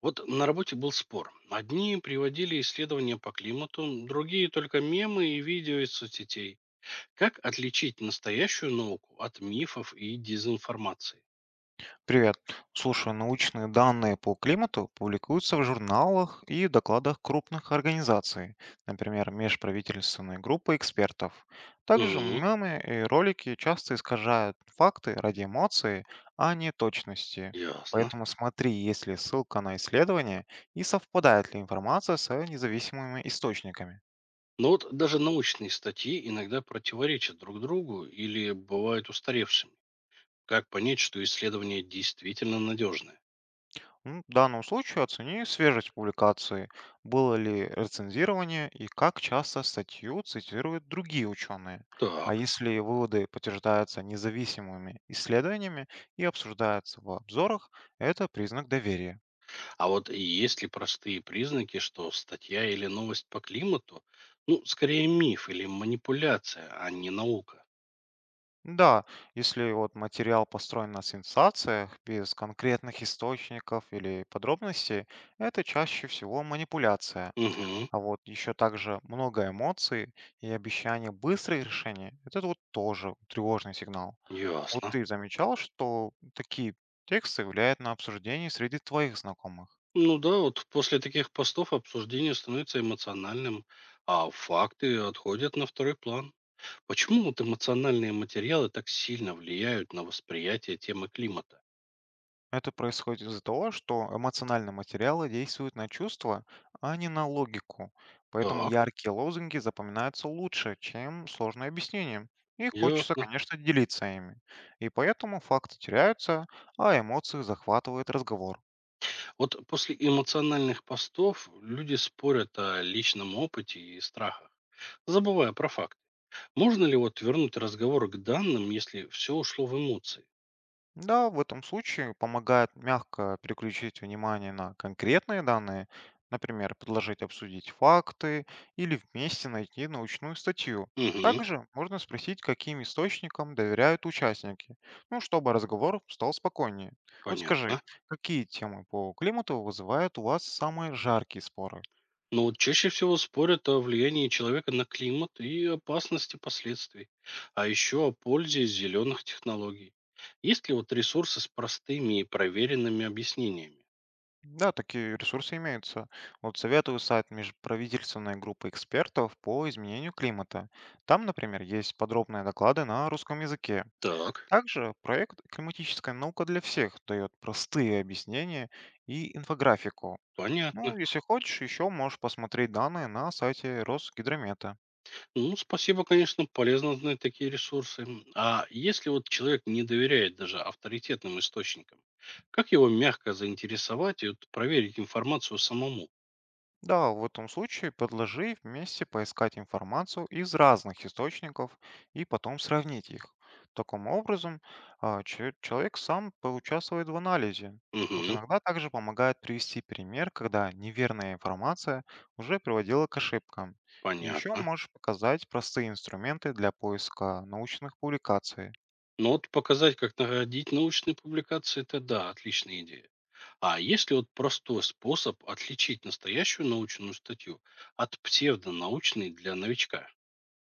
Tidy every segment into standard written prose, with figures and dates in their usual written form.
Вот на работе был спор. Одни приводили исследования по климату, другие только мемы и видео из соцсетей. Как отличить настоящую науку от мифов и дезинформации? Привет. Слушай, научные данные по климату публикуются в журналах и докладах крупных организаций, например, межправительственной группы экспертов. Также Угу, мемы и ролики часто искажают факты ради эмоций, а не точности. ясно. Поэтому смотри, есть ли ссылка на исследование и совпадает ли информация с независимыми источниками. Но вот даже научные статьи иногда противоречат друг другу или бывают устаревшими. Как понять, что исследование действительно надежное? В данном случае оцени свежесть публикации, было ли рецензирование и как часто статью цитируют другие ученые. А Так, если выводы подтверждаются независимыми исследованиями и обсуждаются в обзорах, это признак доверия. а вот есть ли простые признаки, что статья или новость по климату, ну, скорее миф или манипуляция, а не наука? Да, если вот материал построен на сенсациях, без конкретных источников или подробностей, это чаще всего манипуляция. Угу, А вот еще также много эмоций и обещание быстрых решений – это вот тоже тревожный сигнал. Вот ясно. ты замечал, что такие тексты влияют на обсуждение среди твоих знакомых? Ну да, вот после таких постов обсуждение становится эмоциональным, а факты отходят на второй план. Почему вот эмоциональные материалы так сильно влияют на восприятие темы климата? Это происходит из-за того, что эмоциональные материалы действуют на чувства, а не на логику. Поэтому Так, яркие лозунги запоминаются лучше, чем сложные объяснения. И хочется, ясно. конечно, делиться ими. И поэтому факты теряются, а эмоции захватывают разговор. Вот после эмоциональных постов люди спорят о личном опыте и страхах, забывая про факт. Можно ли вот вернуть разговор к данным, если все ушло в эмоции? Да, в этом случае помогает мягко переключить внимание на конкретные данные, например, предложить обсудить факты или вместе найти научную статью. Угу, Также можно спросить, каким источникам доверяют участники, ну, чтобы разговор стал спокойнее. Вот скажи, понятно. какие темы по климату вызывают у вас самые жаркие споры? Но вот чаще всего спорят о влиянии человека на климат и опасности последствий, а еще о пользе зеленых технологий. Есть ли вот ресурсы с простыми и проверенными объяснениями? Да, такие ресурсы имеются. Вот советую сайт межправительственной группы экспертов по изменению климата. Там, например, есть подробные доклады на русском языке. Так, Также проект «Климатическая наука для всех» дает простые объяснения и инфографику. Ну, понятно. если хочешь, еще можешь посмотреть данные на сайте Росгидромета. Ну, спасибо, конечно, полезно знать такие ресурсы. А если вот человек не доверяет даже авторитетным источникам, как его мягко заинтересовать и вот проверить информацию самому? Да, в этом случае предложи вместе поискать информацию из разных источников и потом сравнить их. Таким образом, а, человек сам поучаствует в анализе. Вот Угу, иногда также помогает привести пример, когда неверная информация уже приводила к ошибкам. И еще понятно. можешь показать простые инструменты для поиска научных публикаций. Ну вот показать, как находить научные публикации, это да, отличная идея. А есть ли вот простой способ отличить настоящую научную статью от псевдонаучной для новичка?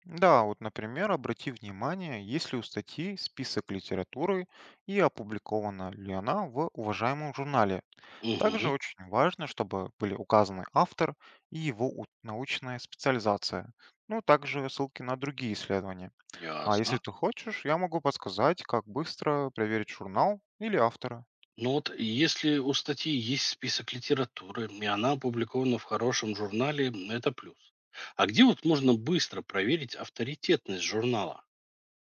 Да, вот, например, обрати внимание, есть ли у статьи список литературы и опубликована ли она в уважаемом журнале. Также Угу, очень важно, чтобы были указаны автор и его научная специализация, ну также ссылки на другие исследования. А если ясно. ты хочешь, я могу подсказать, как быстро проверить журнал или автора. Ну вот если у статьи есть список литературы, и она опубликована в хорошем журнале, м, это плюс. А где вот можно быстро проверить авторитетность журнала?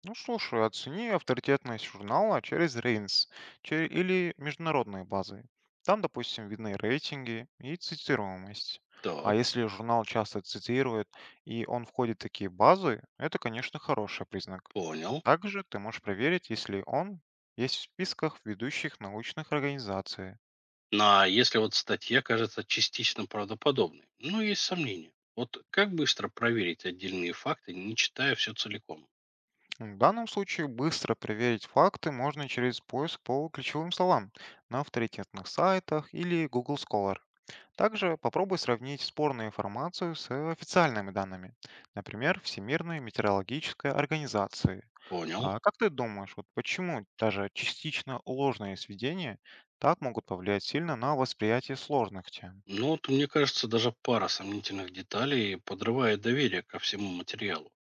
Ну слушай, оцени авторитетность журнала через Рейнс или международные базы. Там, допустим, видны рейтинги и цитируемость. А Так, если журнал часто цитирует и он входит в такие базы, это, конечно, хороший признак. понял. Также ты можешь проверить, если он есть в списках ведущих научных организаций. Ну, а если вот статья кажется частично правдоподобной, но есть сомнения. Вот как быстро проверить отдельные факты, не читая все целиком? В данном случае быстро проверить факты можно через поиск по ключевым словам на авторитетных сайтах или Google Scholar. Также попробуй сравнить спорную информацию с официальными данными, например, Всемирной метеорологической организации. Понял. А как ты думаешь, вот почему даже частично ложные сведения так могут повлиять сильно на восприятие сложных тем? Ну вот мне кажется, даже пара сомнительных деталей подрывает доверие ко всему материалу.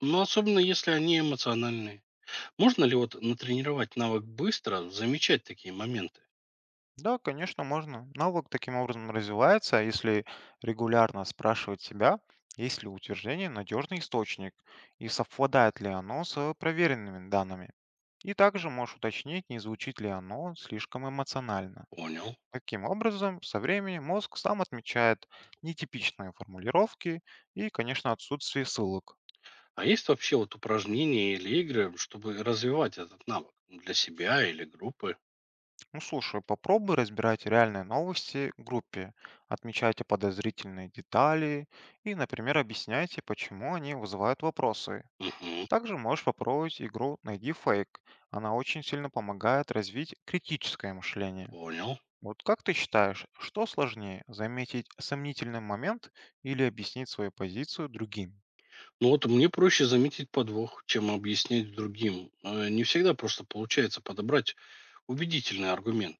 Но особенно если они эмоциональные. Можно ли вот натренировать навык быстро замечать такие моменты? Да, конечно, можно. Навык таким образом развивается, а если регулярно спрашивать себя, есть ли утверждение надежный источник и совпадает ли оно с проверенными данными. И также можешь уточнить, не звучит ли оно слишком эмоционально. Понял. Таким образом, со временем мозг сам отмечает нетипичные формулировки и, конечно, отсутствие ссылок. А есть вообще вот упражнения или игры, чтобы развивать этот навык для себя или группы? Ну слушай, попробуй разбирать реальные новости в группе, отмечайте подозрительные детали и, например, объясняйте, почему они вызывают вопросы. Угу, Также можешь попробовать игру «Найди фейк». Она очень сильно помогает развить критическое мышление. понял. Вот как ты считаешь, что сложнее, заметить сомнительный момент или объяснить свою позицию другим? Ну вот мне проще заметить подвох, чем объяснять другим. Не всегда просто получается подобрать убедительный аргумент.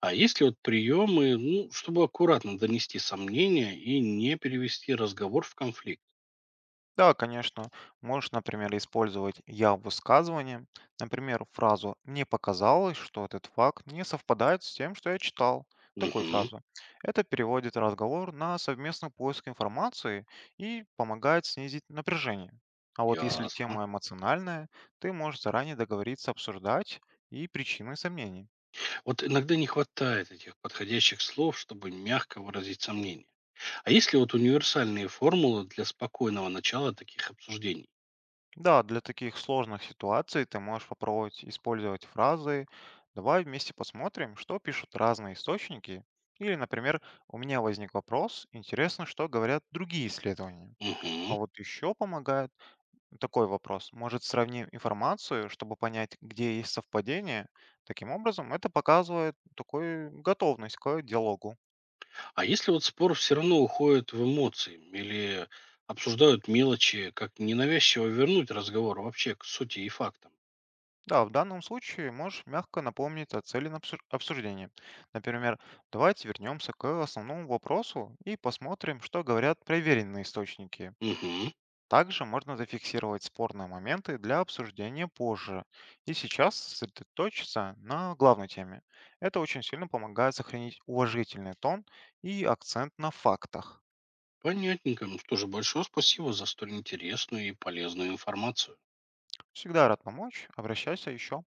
А есть ли вот приемы, ну, чтобы аккуратно донести сомнения и не перевести разговор в конфликт? Да, конечно. Можешь, например, использовать «я» в высказывании. Например, фразу «мне показалось, что этот факт не совпадает с тем, что я читал». Такую Угу, фразу. Это переводит разговор на совместный поиск информации и помогает снизить напряжение. А вот если ясно. тема эмоциональная, ты можешь заранее договориться обсуждать и причины сомнений. Вот иногда не хватает этих подходящих слов, чтобы мягко выразить сомнения. А есть ли вот универсальные формулы для спокойного начала таких обсуждений? Да, для таких сложных ситуаций ты можешь попробовать использовать фразы «давай вместе посмотрим, что пишут разные источники» или, например, «у меня возник вопрос, интересно, что говорят другие исследования». Угу. А вот еще помогает такой вопрос. Может, сравним информацию, чтобы понять, где есть совпадение. Таким образом, это показывает такую готовность к диалогу. А если вот спор все равно уходит в эмоции или обсуждают мелочи, как ненавязчиво вернуть разговор вообще к сути и фактам? Да, в данном случае можешь мягко напомнить о цели обсуждения. Например, давайте вернемся к основному вопросу и посмотрим, что говорят проверенные источники. Угу, Также можно зафиксировать спорные моменты для обсуждения позже и сейчас сосредоточиться на главной теме. Это очень сильно помогает сохранить уважительный тон и акцент на фактах. понятненько. Ну что же, большое спасибо за столь интересную и полезную информацию. Всегда рад помочь, обращайся еще.